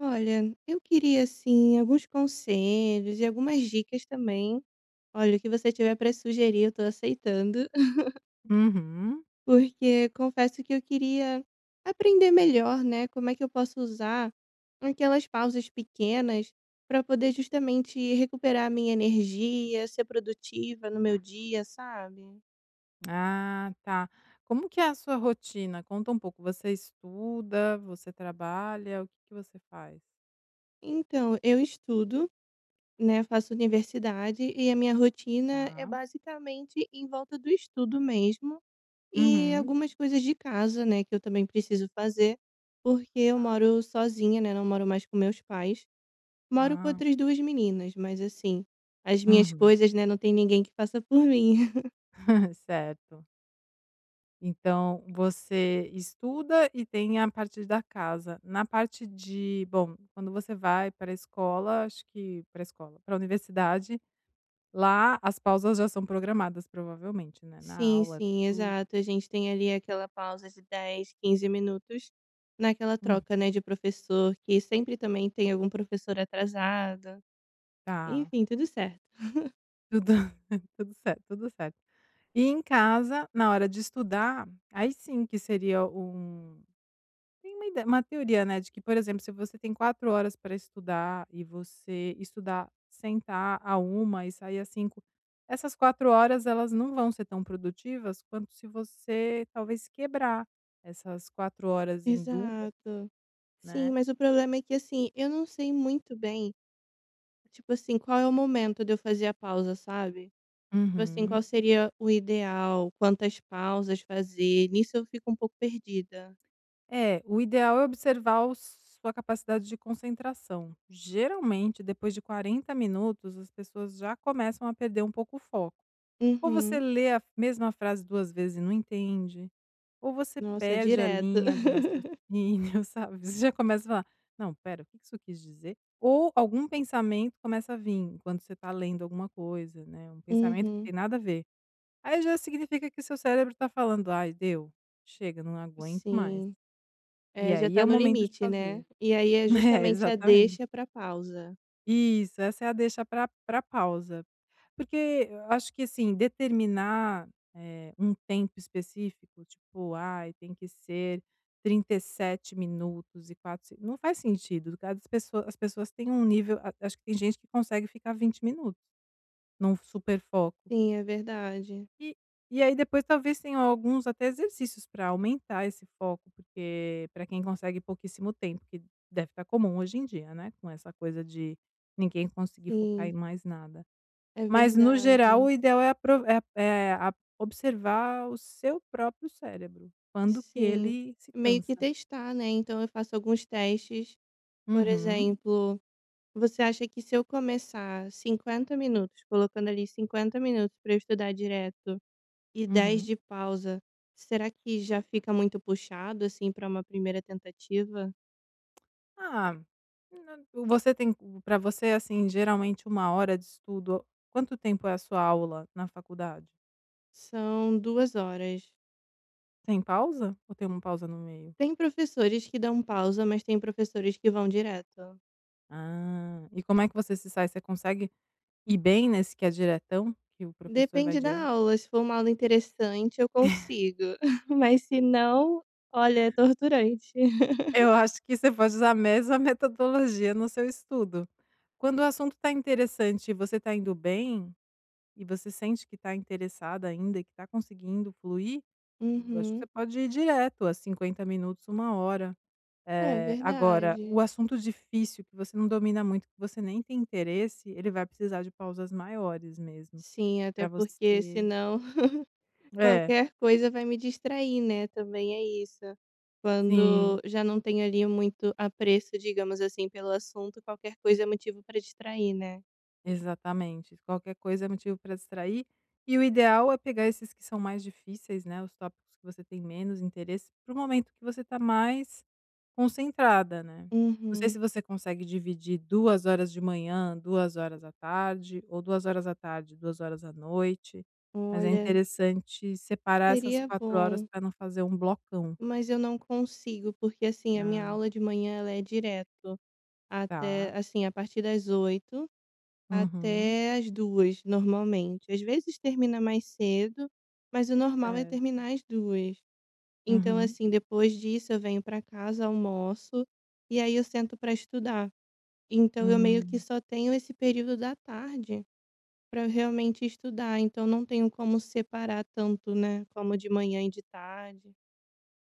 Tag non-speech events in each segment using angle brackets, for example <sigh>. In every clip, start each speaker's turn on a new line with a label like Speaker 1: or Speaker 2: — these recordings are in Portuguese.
Speaker 1: Olha, eu queria assim alguns conselhos e algumas dicas também. Olha, o que você tiver para sugerir, eu tô aceitando, <laughs>
Speaker 2: Uhum.
Speaker 1: porque confesso que eu queria aprender melhor, né? Como é que eu posso usar aquelas pausas pequenas para poder justamente recuperar a minha energia, ser produtiva no meu dia, sabe?
Speaker 2: Ah, tá. Como que é a sua rotina? Conta um pouco. Você estuda, você trabalha, o que que você faz?
Speaker 1: Então, eu estudo, né? Faço universidade e a minha rotina é
Speaker 2: Tá.
Speaker 1: basicamente em volta do estudo mesmo. E
Speaker 2: Uhum.
Speaker 1: algumas coisas de casa, né, que eu também preciso fazer, porque eu moro sozinha, né, não moro mais com meus pais. Moro com
Speaker 2: Ah,
Speaker 1: outras 2 meninas, mas assim, as minhas
Speaker 2: uhum.
Speaker 1: coisas, né, não tem ninguém que faça por mim. <laughs>
Speaker 2: <laughs> Certo. Então, você estuda e tem a parte da casa. Na parte de, bom, quando você vai para a escola, acho que para a escola, para a universidade, lá as pausas já são programadas, provavelmente, né? Na
Speaker 1: Sim,
Speaker 2: aula,
Speaker 1: sim,
Speaker 2: tudo.
Speaker 1: exato. A gente tem ali aquela pausa de 10, 15 minutos naquela
Speaker 2: Hum,
Speaker 1: troca, né, de professor, que sempre também tem algum professor atrasado.
Speaker 2: tá.
Speaker 1: Enfim, tudo certo.
Speaker 2: Tudo Tudo certo, tudo certo. E em casa, na hora de estudar, aí sim que seria um tem uma teoria, né, de que, por exemplo, se você tem 4 horas para estudar e você estudar, sentar a uma e sair às cinco, essas 4 horas elas não vão ser tão produtivas quanto se você talvez quebrar essas 4 horas em duas,
Speaker 1: Exato. Sim,
Speaker 2: né.
Speaker 1: mas o problema é que, assim, eu não sei muito bem. Tipo assim, qual é o momento de eu fazer a pausa, sabe? Tipo assim,
Speaker 2: Uhum.
Speaker 1: qual seria o ideal? Quantas pausas fazer? Nisso eu fico um pouco perdida.
Speaker 2: É, o ideal é observar o sua capacidade de concentração. Geralmente, depois de 40 minutos, as pessoas já começam a perder um pouco o foco. Ou você
Speaker 1: Uhum.
Speaker 2: lê a mesma frase duas vezes e não entende, ou você
Speaker 1: Nossa,
Speaker 2: perde a
Speaker 1: direto.
Speaker 2: linha de raciocínio,
Speaker 1: <laughs>
Speaker 2: <laughs> sabe? Você já começa a falar: "Não, pera, o que que isso quis dizer?" Ou algum pensamento começa a vir enquanto você está lendo alguma coisa, né, um pensamento que
Speaker 1: Uhum.
Speaker 2: tem nada a ver. Aí já significa que seu cérebro está falando: "Ai, deu, chega, não aguento mais".
Speaker 1: Sim.
Speaker 2: E
Speaker 1: É, já
Speaker 2: aí é
Speaker 1: tá
Speaker 2: o
Speaker 1: no
Speaker 2: momento de
Speaker 1: limite,
Speaker 2: fazer.
Speaker 1: né? E aí é
Speaker 2: <laughs> É,
Speaker 1: justamente a
Speaker 2: exatamente.
Speaker 1: deixa pra pausa.
Speaker 2: Isso, essa é a deixa para pausa. Porque eu acho que, assim, determinar, um tempo específico, tipo: "Ai, tem que ser 37 minutos e 4, se" não faz sentido, cada pessoa as pessoas têm um nível a acho que tem gente que consegue ficar 20 minutos num super foco.
Speaker 1: Sim, é verdade.
Speaker 2: E e aí depois talvez tenham alguns até exercícios para aumentar esse foco, porque para quem consegue pouquíssimo tempo, que deve estar comum hoje em dia, né, com essa coisa de ninguém conseguir focar em
Speaker 1: Sim,
Speaker 2: mais nada.
Speaker 1: é
Speaker 2: Mas no geral o
Speaker 1: verdade.
Speaker 2: ideal é apro é é a observar o seu próprio cérebro, quando que
Speaker 1: Sim.
Speaker 2: ele se
Speaker 1: Meio que
Speaker 2: cansa.
Speaker 1: testar, né? Então eu faço alguns testes, por
Speaker 2: Uhum,
Speaker 1: exemplo. Você acha que se eu começar 50 minutos, colocando ali 50 minutos para eu estudar direto e 10
Speaker 2: uhum.
Speaker 1: de pausa, será que já fica muito puxado, assim, para uma primeira tentativa?
Speaker 2: Ah, na você tem para você, assim, geralmente uma hora de estudo, quanto tempo é a sua aula na faculdade?
Speaker 1: São 2 horas.
Speaker 2: Tem pausa? Ou tem uma pausa no meio?
Speaker 1: Tem professores que dão pausa, mas tem professores que vão direto.
Speaker 2: Ah, e como é que você se sai? Você consegue ir bem nesse que é diretão, que o professor vai
Speaker 1: Depende da
Speaker 2: direto?
Speaker 1: aula, se for uma aula interessante eu consigo, <laughs> mas se não, olha, é torturante.
Speaker 2: Eu acho que você pode usar a mesma metodologia no seu estudo. Quando o assunto está interessante e você está indo bem, e você sente que está interessada ainda e que está conseguindo fluir, eu acho que
Speaker 1: Uhum.
Speaker 2: você pode ir direto a 50 minutos, uma hora.
Speaker 1: É
Speaker 2: Agora, o
Speaker 1: verdade.
Speaker 2: assunto difícil que você não domina muito, que você nem tem interesse, ele vai precisar de pausas maiores mesmo.
Speaker 1: Sim, até
Speaker 2: Pra
Speaker 1: porque
Speaker 2: você
Speaker 1: senão.
Speaker 2: é,
Speaker 1: Qualquer coisa vai me distrair, né, também é isso.
Speaker 2: sim,
Speaker 1: Quando já não tenho ali muito apreço, digamos assim, pelo assunto, qualquer coisa é motivo para distrair, né.
Speaker 2: exatamente. Qualquer coisa é motivo pra distrair, e o ideal é pegar esses que são mais difíceis, né, os tópicos que você tem menos interesse, para o momento que você tá mais concentrada, né. Não sei
Speaker 1: Uhum.
Speaker 2: se você consegue dividir 2 horas de manhã, 2 horas à tarde, ou 2 horas à tarde, 2 horas à noite, mas é
Speaker 1: Olha,
Speaker 2: interessante separar essas
Speaker 1: seria
Speaker 2: 4 horas
Speaker 1: bom,
Speaker 2: pra não fazer um blocão.
Speaker 1: mas eu não consigo, porque, assim, a minha
Speaker 2: Ah,
Speaker 1: aula de manhã ela é direto, até
Speaker 2: tá.
Speaker 1: assim, a partir das oito
Speaker 2: Uhum.
Speaker 1: até as duas normalmente. Às vezes termina mais cedo, mas o normal é
Speaker 2: Certo.
Speaker 1: terminar às duas. Então,
Speaker 2: Uhum.
Speaker 1: assim, depois disso eu venho pra casa, almoço, e aí eu sento pra estudar. Então eu meio que
Speaker 2: Hum.
Speaker 1: só tenho esse período da tarde pra realmente estudar, então não tenho como separar tanto, né, como de manhã e de tarde.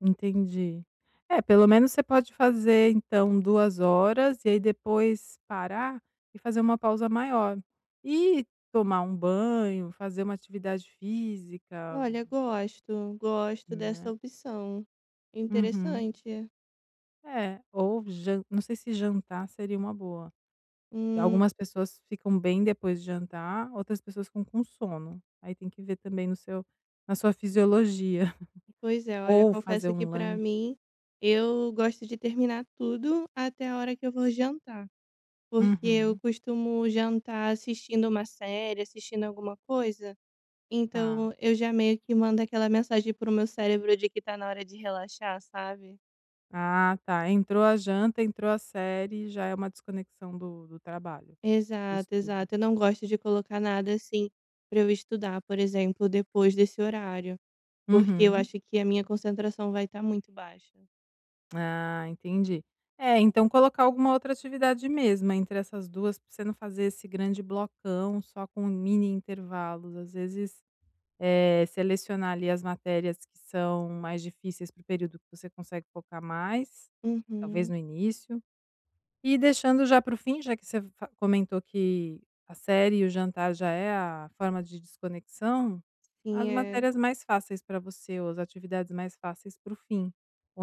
Speaker 2: Entendi. É, pelo menos você pode fazer então 2 horas e aí depois parar e fazer uma pausa maior. E tomar um banho, fazer uma atividade física,
Speaker 1: Olha, gosto, gosto dessa
Speaker 2: né.
Speaker 1: opção.
Speaker 2: Uhum.
Speaker 1: Interessante.
Speaker 2: É, ou jan não sei se jantar seria uma boa.
Speaker 1: Hum,
Speaker 2: Algumas pessoas ficam bem depois de jantar, outras pessoas ficam com sono. Aí tem que ver também no seu na sua fisiologia. <laughs>
Speaker 1: pois é, olha,
Speaker 2: Ou fazer
Speaker 1: confesso que
Speaker 2: um
Speaker 1: pra
Speaker 2: lanche.
Speaker 1: mim eu gosto de terminar tudo até a hora que eu vou jantar. Porque eu
Speaker 2: Uhum.
Speaker 1: costumo jantar assistindo uma série, assistindo alguma coisa,
Speaker 2: Tá.
Speaker 1: então eu já meio que mando aquela mensagem pro meu cérebro de que tá na hora de relaxar, sabe.
Speaker 2: Ah, tá. Entrou a janta, entrou a série, já é uma desconexão do trabalho, do
Speaker 1: Exato,
Speaker 2: estudo.
Speaker 1: exato. Eu não gosto de colocar nada, assim, pra eu estudar, por exemplo, depois desse horário, porque eu
Speaker 2: Uhum.
Speaker 1: acho que a minha concentração vai estar muito baixa.
Speaker 2: Ah, entendi. É, então colocar alguma outra atividade mesma entre essas 2, para você não fazer esse grande blocão só com mini intervalos. Às vezes, selecionar ali as matérias que são mais difíceis para o período que você consegue focar mais, talvez
Speaker 1: Uhum.
Speaker 2: no início. E deixando já para o fim, já que você fa comentou que a série e o jantar já é a forma de desconexão,
Speaker 1: Sim,
Speaker 2: as
Speaker 1: é.
Speaker 2: matérias mais fáceis para você ou as atividades mais fáceis para o fim,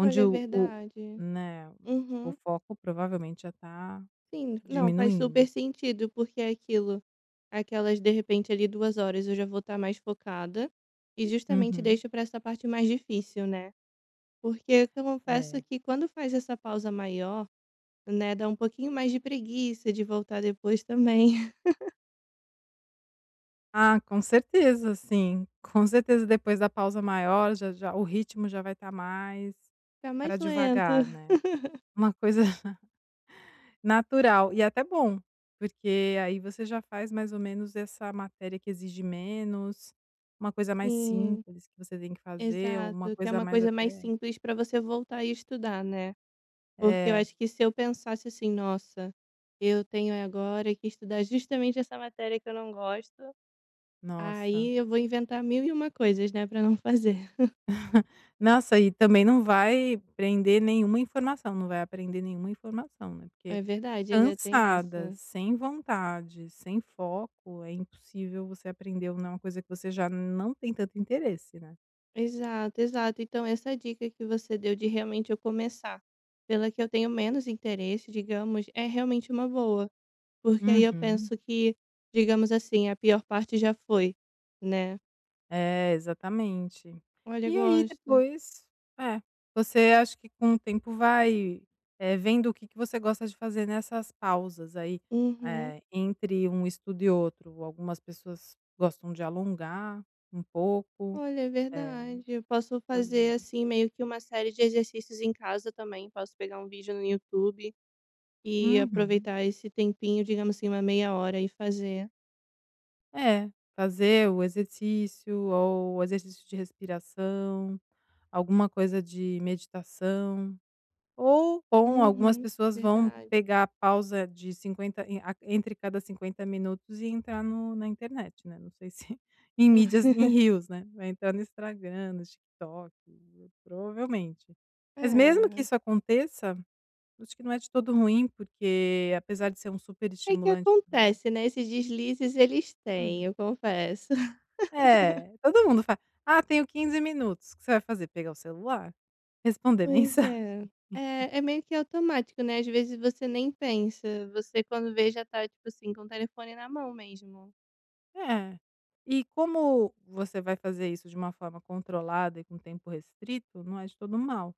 Speaker 1: Olha, é
Speaker 2: o,
Speaker 1: verdade.
Speaker 2: né, tipo, o
Speaker 1: Uhum.
Speaker 2: foco provavelmente já está
Speaker 1: Sim, não, faz
Speaker 2: diminuindo.
Speaker 1: super sentido, porque é aquilo, aquelas de repente ali 2 horas eu já vou estar mais focada, e justamente
Speaker 2: Uhum.
Speaker 1: deixo para essa parte mais difícil, né. Porque eu confesso
Speaker 2: É.
Speaker 1: que quando faz essa pausa maior, né, dá um pouquinho mais de preguiça de voltar depois também, <laughs>
Speaker 2: Ah, com certeza, sim. <laughs> Com certeza depois da pausa maior já o ritmo já vai estar mais
Speaker 1: fica
Speaker 2: para
Speaker 1: mais lento.
Speaker 2: devagar, né. Uma coisa natural e é até bom, porque aí você já faz mais ou menos essa matéria que exige menos, uma coisa mais
Speaker 1: Sim,
Speaker 2: simples que você tem que fazer, uma
Speaker 1: exato, que é
Speaker 2: coisa
Speaker 1: uma
Speaker 2: mais
Speaker 1: coisa mais
Speaker 2: até
Speaker 1: simples para você voltar e estudar, né. Porque eu
Speaker 2: é,
Speaker 1: acho que se eu pensasse assim: "Nossa, eu tenho agora que estudar justamente essa matéria que eu não gosto".
Speaker 2: nossa.
Speaker 1: Aí eu vou inventar mil e uma coisas, né, pra não <laughs> fazer.
Speaker 2: Nossa, e também não vai prender nenhuma informação, não vai aprender nenhuma informação, né, porque
Speaker 1: É verdade, ainda tem
Speaker 2: cansada,
Speaker 1: essa.
Speaker 2: sem vontade, sem foco, é impossível você aprender uma coisa que você já não tem tanto interesse, né.
Speaker 1: Exato, exato. Então essa dica que você deu de realmente eu começar pela que eu tenho menos interesse, digamos, é realmente uma boa, porque aí eu
Speaker 2: Uhum.
Speaker 1: penso que, digamos assim, a pior parte já foi, né.
Speaker 2: É, exatamente.
Speaker 1: Olha,
Speaker 2: E aí
Speaker 1: gosto.
Speaker 2: depois é, você acho que com o tempo vai, vendo o que que você gosta de fazer nessas pausas aí,
Speaker 1: Uhum.
Speaker 2: entre um estudo e outro. Algumas pessoas gostam de alongar um pouco,
Speaker 1: Olha, é
Speaker 2: eh
Speaker 1: verdade. Eu posso fazer,
Speaker 2: Fazer.
Speaker 1: assim, meio que uma série de exercícios em casa também, posso pegar um vídeo no YouTube. E
Speaker 2: Uhum.
Speaker 1: aproveitar esse tempinho, digamos assim, uma meia hora e fazer.
Speaker 2: É, fazer o exercício ou exercício de respiração, alguma coisa de meditação. Ou bom, algumas
Speaker 1: Uhum,
Speaker 2: pessoas vão
Speaker 1: verdade.
Speaker 2: pegar a pausa de 50 e a entre cada 50 minutos e entrar na internet, né, não sei se <laughs> em mídias em reels, né, vai entrar no Instagram, no TikTok, provavelmente. Mas mesmo que
Speaker 1: É.
Speaker 2: isso aconteça, acho que não é de todo ruim, porque apesar de ser um super
Speaker 1: É que
Speaker 2: estimulante para
Speaker 1: acontece, né, esses deslizes eles têm,
Speaker 2: hum,
Speaker 1: eu confesso. <laughs>
Speaker 2: todo mundo fala: "Ah, tenho 15 minutos", o que você vai fazer, pegar o celular? Responder <laughs>
Speaker 1: Pois
Speaker 2: mensagem?
Speaker 1: é. É, é meio que automático, né, às vezes você nem pensa, você quando vê já tá, tipo assim, com o telefone na mão mesmo.
Speaker 2: É. E como você vai fazer isso de uma forma controlada e com tempo restrito, não é de todo mal.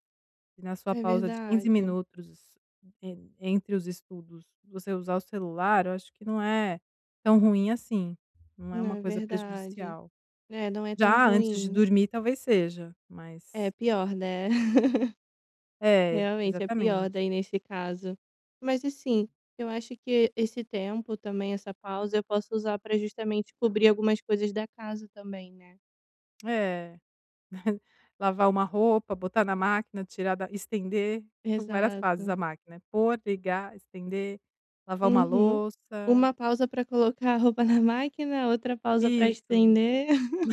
Speaker 2: Se na sua
Speaker 1: É
Speaker 2: pausa de 15
Speaker 1: verdade.
Speaker 2: minutos en entre os estudos, você usar o celular, eu acho que não é tão ruim assim, não é
Speaker 1: Não,
Speaker 2: uma
Speaker 1: é
Speaker 2: coisa
Speaker 1: verdade.
Speaker 2: prejudicial.
Speaker 1: É, não é tão
Speaker 2: Já antes de
Speaker 1: ruim.
Speaker 2: dormir talvez seja,
Speaker 1: É
Speaker 2: mas
Speaker 1: pior, né? <laughs>
Speaker 2: é,
Speaker 1: Realmente é pior
Speaker 2: exatamente.
Speaker 1: daí nesse caso. Mas assim, eu acho que esse tempo também, essa pausa, eu posso usar para justamente cobrir algumas coisas da casa também, né.
Speaker 2: É. Lavar uma roupa, botar na máquina, tirar da estender, <laughs> são várias fases
Speaker 1: Exato.
Speaker 2: a máquina, né? Pôr, ligar, estender, lavar uma
Speaker 1: Uhum.
Speaker 2: louça.
Speaker 1: Uma pausa para colocar a roupa <laughs> na máquina, outra pausa para
Speaker 2: Isso,
Speaker 1: estender. <laughs>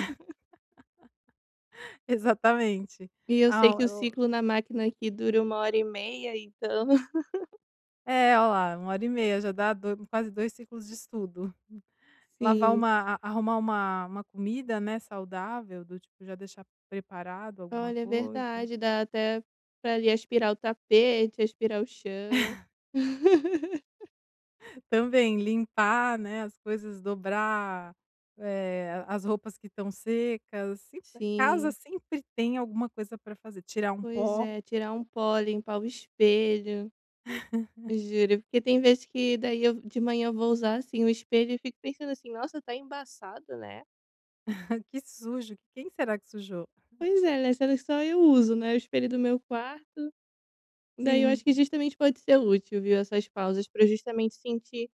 Speaker 2: <laughs> exatamente.
Speaker 1: E eu sei
Speaker 2: Ah,
Speaker 1: que o ciclo na máquina aqui dura uma hora e meia, então <laughs>
Speaker 2: olha lá, 1 hora e meia já dá do quase 2 ciclos de estudo. Lavar
Speaker 1: Sim.
Speaker 2: uma a arrumar uma comida, né, saudável, do tipo já deixar preparado alguma
Speaker 1: Olha, é
Speaker 2: coisa.
Speaker 1: verdade, dá até para ali aspirar o tapete, aspirar o chão. <laughs>
Speaker 2: Também, limpar, né, as coisas, dobrar, as roupas que estão secas, sempre casa
Speaker 1: Sim.
Speaker 2: sempre tem alguma coisa para fazer, tirar um
Speaker 1: Pois
Speaker 2: pó,
Speaker 1: é, tirar um pó, limpar o espelho, juro, porque tem vezes que daí eu de manhã eu vou usar, assim, o espelho e fico pensando assim: "Nossa, tá embaçado, né".
Speaker 2: <laughs> que sujo, quem será que sujou?
Speaker 1: Pois é, né, sendo que só eu uso, né, o espelho do meu quarto, daí eu acho
Speaker 2: Sim,
Speaker 1: que justamente pode ser útil, viu, essas pausas pra eu justamente sentir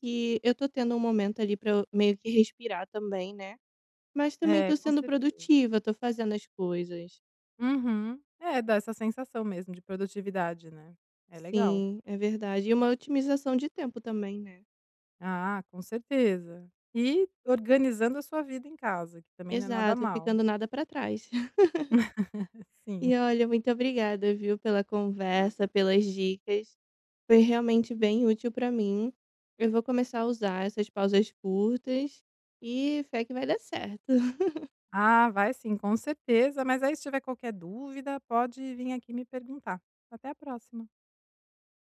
Speaker 1: que eu tô tendo um momento ali pra eu meio que respirar também, né, mas também
Speaker 2: é,
Speaker 1: tô
Speaker 2: com
Speaker 1: sendo
Speaker 2: certeza
Speaker 1: produtiva, tô fazendo as coisas.
Speaker 2: uhum. É, dá essa sensação mesmo de produtividade, né, é legal.
Speaker 1: Sim, é verdade. E uma otimização de tempo também, né.
Speaker 2: Ah, com certeza. E organizando a sua vida em casa, que também não é nada
Speaker 1: Exato,
Speaker 2: mal.
Speaker 1: ficando nada pra trás.
Speaker 2: <laughs> Sim.
Speaker 1: E olha, muito obrigada, viu, pela conversa, pelas dicas. Foi realmente bem útil para mim. Eu vou começar a usar essas pausas curtas e fé que vai dar certo.
Speaker 2: Ah, vai sim, com certeza. Mas aí se tiver qualquer dúvida, pode vir aqui me perguntar. Até a próxima.